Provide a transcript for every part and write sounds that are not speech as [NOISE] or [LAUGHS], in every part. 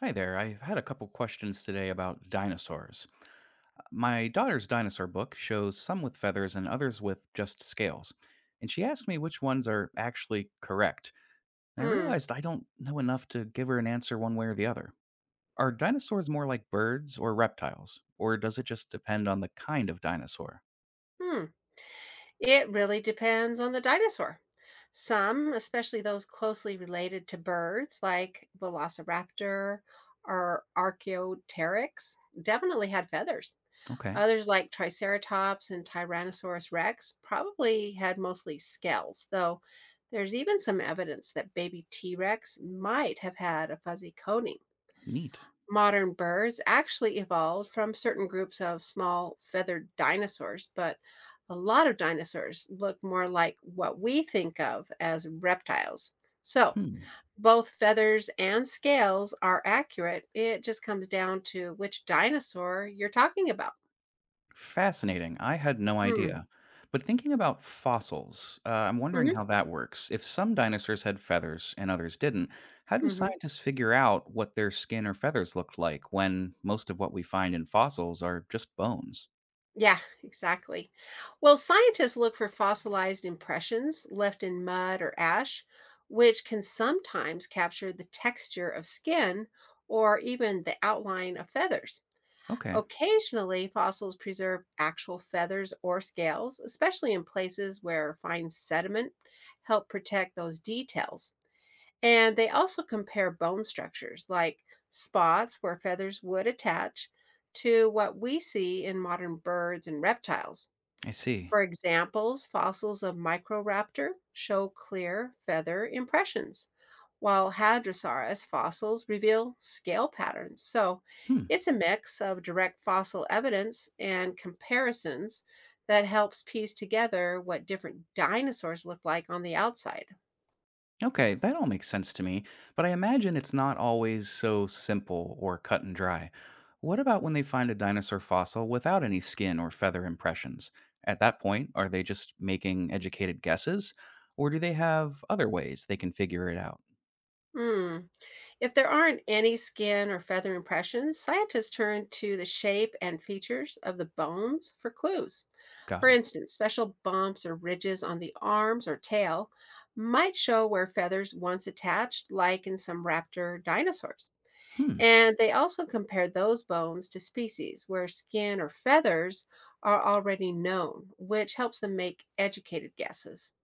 Hi there. I've had a couple questions today about dinosaurs. My daughter's dinosaur book shows some with feathers and others with just scales. And she asked me which ones are actually correct. And I Hmm. realized I don't know enough to give her an answer one way or the other. Are dinosaurs more like birds or reptiles? Or does it just depend on the kind of dinosaur? Hmm. It really depends on the dinosaur. Some, especially those closely related to birds like Velociraptor or Archaeopteryx, definitely had feathers. Okay, Others like Triceratops and Tyrannosaurus rex probably had mostly scales, though there's even some evidence that baby T Rex might have had a fuzzy coating. neat. Modern birds actually evolved from certain groups of small feathered dinosaurs, but a lot of dinosaurs look more like what we think of as reptiles. So Hmm. both feathers and scales are accurate. It just comes down to which dinosaur you're talking about. Fascinating. I had no Mm. idea. But thinking about fossils, I'm wondering Hmm. how that works. If some dinosaurs had feathers and others didn't, how do Hmm. scientists figure out what their skin or feathers looked like when most of what we find in fossils are just bones? Yeah, exactly. Well, scientists look for fossilized impressions left in mud or ash, which can sometimes capture the texture of skin or even the outline of feathers. Okay, Occasionally, fossils preserve actual feathers or scales, especially in places where fine sediment help protect those details. And they also compare bone structures, like spots where feathers would attach, to what we see in modern birds and reptiles. I see. For examples, fossils of Microraptor show clear feather impressions, while Hadrosaurus fossils reveal scale patterns. So Hmm. it's a mix of direct fossil evidence and comparisons that helps piece together what different dinosaurs look like on the outside. Okay, that all makes sense to me, but I imagine it's not always so simple or cut and dry. What about when they find a dinosaur fossil without any skin or feather impressions? At that point, are they just making educated guesses, or do they have other ways they can figure it out? Hmm. If there aren't any skin or feather impressions, scientists turn to the shape and features of the bones for clues. Got For it. instance, special bumps or ridges on the arms or tail might show where feathers once attached, like in some raptor dinosaurs. Hmm, And they also compared those bones to species where skin or feathers are already known, which helps them make educated guesses.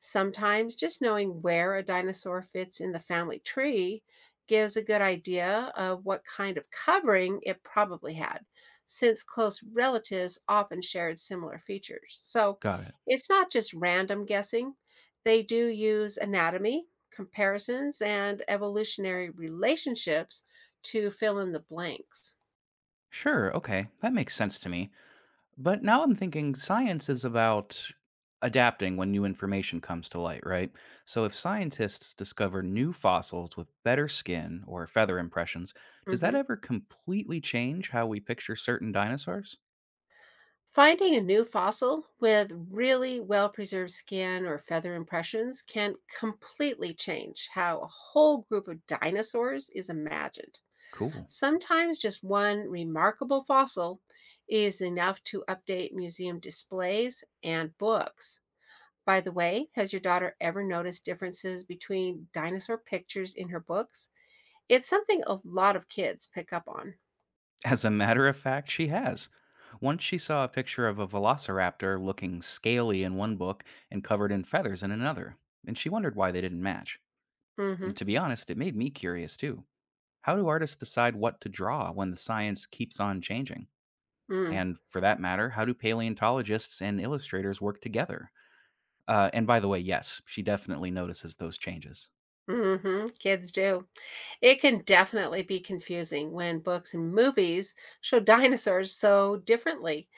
Sometimes just knowing where a dinosaur fits in the family tree gives a good idea of what kind of covering it probably had, since close relatives often shared similar features. So got it. it's not just random guessing, they do use anatomy, comparisons, and evolutionary relationships to fill in the blanks. Sure, okay, that makes sense to me. But now I'm thinking science is about adapting when new information comes to light, right? So if scientists discover new fossils with better skin or feather impressions, does that Mhm. ever completely change how we picture certain dinosaurs? Finding a new fossil with really well preserved skin or feather impressions can completely change how a whole group of dinosaurs is imagined. Cool. Sometimes just one remarkable fossil is enough to update museum displays and books. By the way, has your daughter ever noticed differences between dinosaur pictures in her books? It's something a lot of kids pick up on. [LAUGHS] As a matter of fact, she has. Once she saw a picture of a velociraptor looking scaly in one book and covered in feathers in another, and she wondered why they didn't match. And Mm-hmm. to be honest, it made me curious too. How do artists decide what to draw when the science keeps on changing? Mm. And for that matter, how do paleontologists and illustrators work together? And by the way, yes, she definitely notices those changes. Mm-hmm. Kids do. It can definitely be confusing when books and movies show [LAUGHS] dinosaurs so differently.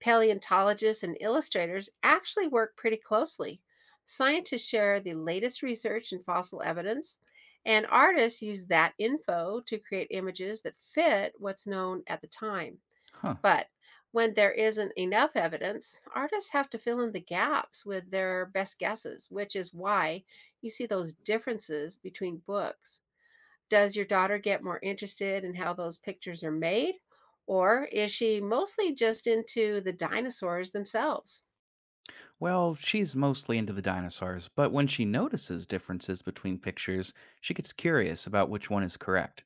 Paleontologists and illustrators actually work pretty closely. Scientists share the latest research and fossil evidence, and artists use that info to create images that fit what's known at the time. Huh. But when there isn't enough evidence, artists have to fill in the gaps with their best guesses, which is why you see those differences between books. Does your daughter get more interested in how those pictures are made? Or is she mostly just into the dinosaurs themselves? Well, she's mostly into the dinosaurs, but when she notices differences between pictures, she gets curious about which one is correct.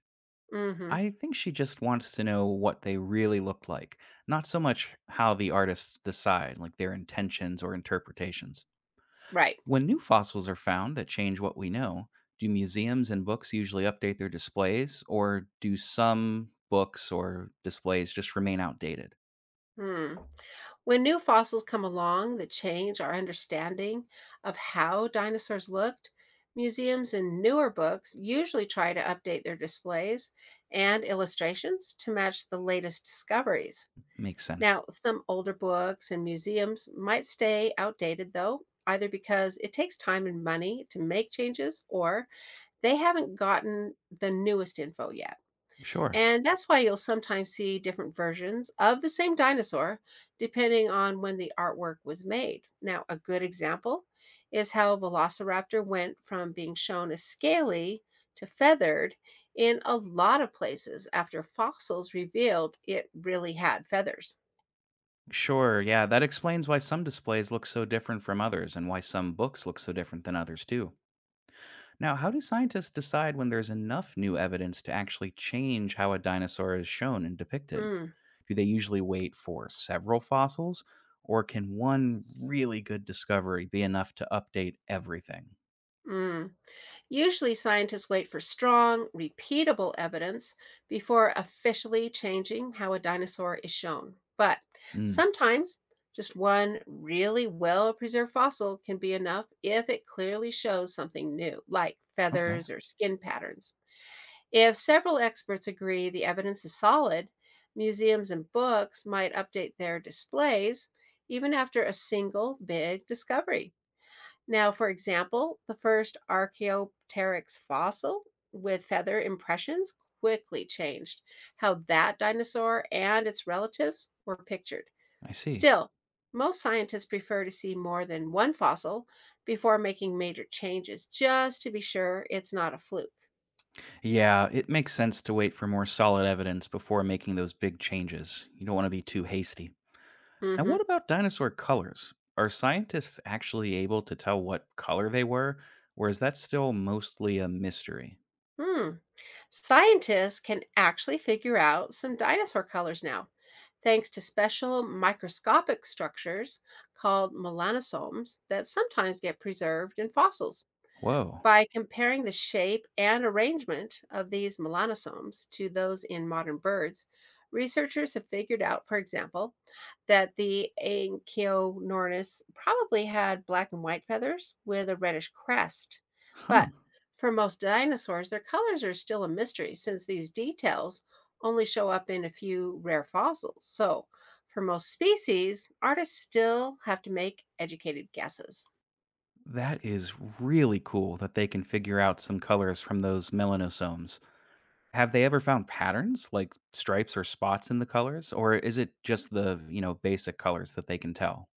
Hmm. I think she just wants to know what they really looked like, not so much how the artists decide, like their intentions or interpretations. Right. When new fossils are found that change what we know, do museums and books usually update their displays, or do some books or displays just remain outdated? Hmm. When new fossils come along that change our understanding of how dinosaurs looked, museums and newer books usually try to update their displays and illustrations to match the latest discoveries. Makes sense. Now, some older books and museums might stay outdated, though, either because it takes time and money to make changes or they haven't gotten the newest info yet. Sure. And that's why you'll sometimes see different versions of the same dinosaur depending on when the artwork was made. Now, a good example is how Velociraptor went from being shown as scaly to feathered in a lot of places after fossils revealed it really had feathers. Sure, yeah, that explains why some displays look so different from others and why some books look so different than others, too. Now, how do scientists decide when there's enough new evidence to actually change how a dinosaur is shown and depicted? Mm. Do they usually wait for several fossils, or can one really good discovery be enough to update everything? Mm. Usually, scientists wait for strong, repeatable evidence before officially changing how a dinosaur is shown. But Mm, sometimes, just one really well preserved fossil can be enough if it clearly shows something new, like okay, feathers or skin patterns. If several experts agree the evidence is solid, museums and books might update their displays even after a single big discovery. Now, for example, the first Archaeopteryx fossil with feather impressions quickly changed how that dinosaur and its relatives were pictured. I see. Still, most scientists prefer to see more than one fossil before making major changes just to be sure it's not a fluke. Yeah, it makes sense to wait for more solid evidence before making those big changes. You don't want to be too hasty. Now, what Hmm. about dinosaur colors? Are scientists actually able to tell what color they were, or is that still mostly a mystery? Hmm. Scientists can actually figure out some dinosaur colors now, thanks to special microscopic structures called melanosomes that sometimes get preserved in fossils. Whoa. By comparing the shape and arrangement of these melanosomes to those in modern birds, researchers have figured out, for example, that the Anchiornis probably had black and white feathers with a reddish crest. Huh. But for most dinosaurs, their colors are still a mystery since these details only show up in a few rare fossils. So, for most species, artists still have to make educated guesses. That is really cool that they can figure out some colors from those melanosomes. Have they ever found patterns like stripes or spots in the colors, or is it just the, basic colors that they can tell?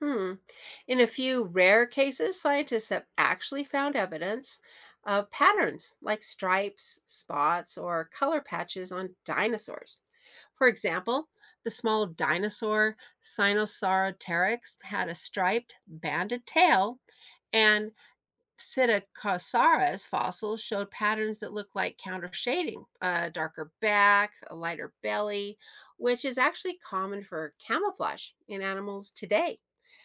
Hmm. In a few rare cases, scientists have actually found evidence of patterns like stripes, spots, or color patches on dinosaurs. For example, the small dinosaur Sinosauroteryx had a striped, banded tail, and Psittacosaurus fossils showed patterns that look like counter shading, a darker back, a lighter belly, which is actually common for camouflage in animals today.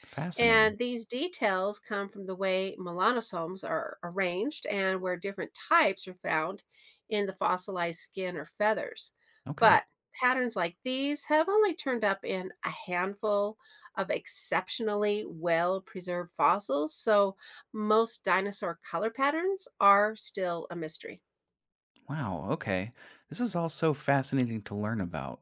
Fascinating. And these details come from the way melanosomes are arranged and where different types are found in the fossilized skin or feathers. Okay. But patterns like these have only turned up in a handful of exceptionally well preserved fossils, so most dinosaur color patterns are still a mystery. Wow. Okay. This is all so fascinating to learn about.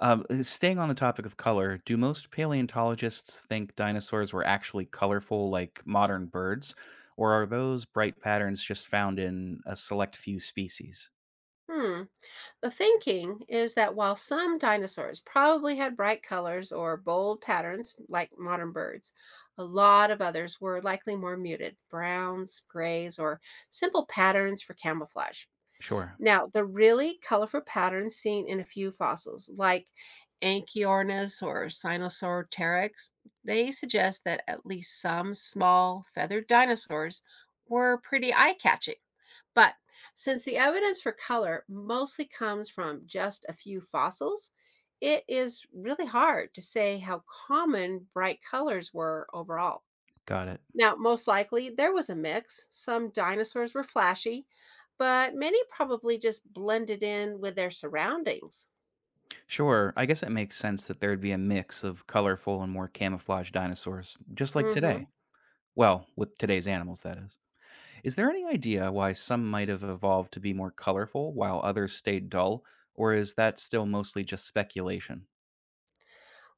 Staying on the topic of color, do most paleontologists think dinosaurs were actually colorful like modern birds, or are those bright patterns just found in a select few species? Hmm. The thinking is that while some dinosaurs probably had bright colors or bold patterns, like modern birds, a lot of others were likely more muted browns, grays, or simple patterns for camouflage. Sure. Now, the really colorful patterns seen in a few fossils, like Anchiornis or Sinosauropteryx, they suggest that at least some small feathered dinosaurs were pretty eye catching, but since the evidence for color mostly comes from just a few fossils, it is really hard to say how common bright colors were overall. Got it. Now, most likely there was a mix. Some dinosaurs were flashy, but many probably just blended in with their surroundings. Sure. I guess it makes sense that there'd be a mix of colorful and more camouflaged dinosaurs, just like Mhm. today. Well, with today's animals, that is. Is there any idea why some might have evolved to be more colorful while others stayed dull, or is that still mostly just speculation?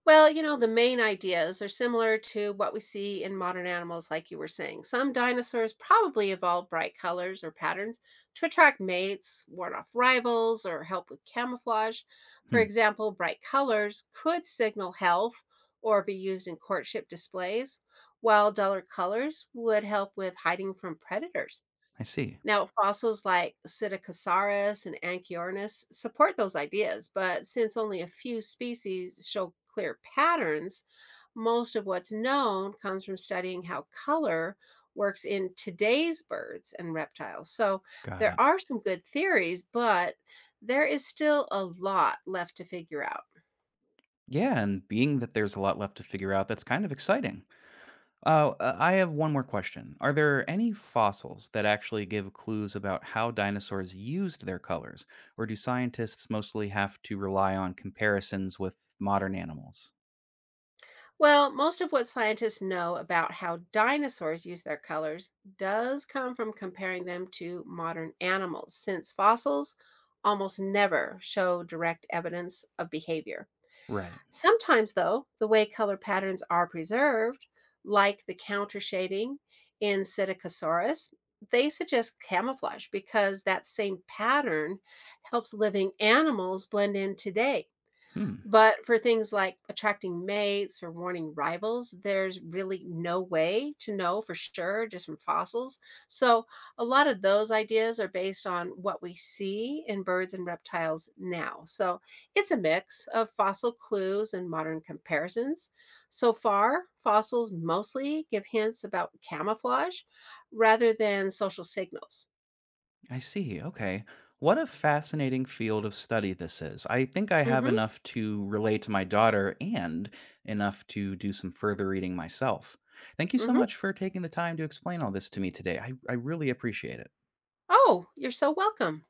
Well, you know, the main ideas are similar to what we see in modern animals, like you were saying. Some dinosaurs probably evolved bright colors or patterns to attract mates, ward off rivals, or help with camouflage. For Hmm, example, bright colors could signal health or be used in courtship displays, while duller colors would help with hiding from predators. I see. Now, fossils like Psittacosaurus and Anchiornis support those ideas, but since only a few species show clear patterns, most of what's known comes from studying how color works in today's birds and reptiles. So Got there it. are some good theories, but there is still a lot left to figure out. Yeah, and being that there's a lot left to figure out, that's kind of exciting. I have one more question. Are there any fossils that actually give clues about how dinosaurs used their colors, or do scientists mostly have to rely on comparisons with modern animals? Well, most of what scientists know about how dinosaurs use their colors does come from comparing them to modern animals, since fossils almost never show direct evidence of behavior. Right. Sometimes, though, the way color patterns are preserved, like the counter shading in Psittacosaurus, they suggest camouflage because that same pattern helps living animals blend in today. Hmm. But for things like attracting mates or warning rivals, there's really no way to know for sure just from fossils. So a lot of those ideas are based on what we see in birds and reptiles now. So it's a mix of fossil clues and modern comparisons. So far, fossils mostly give hints about camouflage rather than social signals. I see. Okay. What a fascinating field of study this is. I think I have Hmm. enough to relate to my daughter and enough to do some further reading myself. Thank you so Hmm. much for taking the time to explain all this to me today. I really appreciate it. Oh, you're so welcome.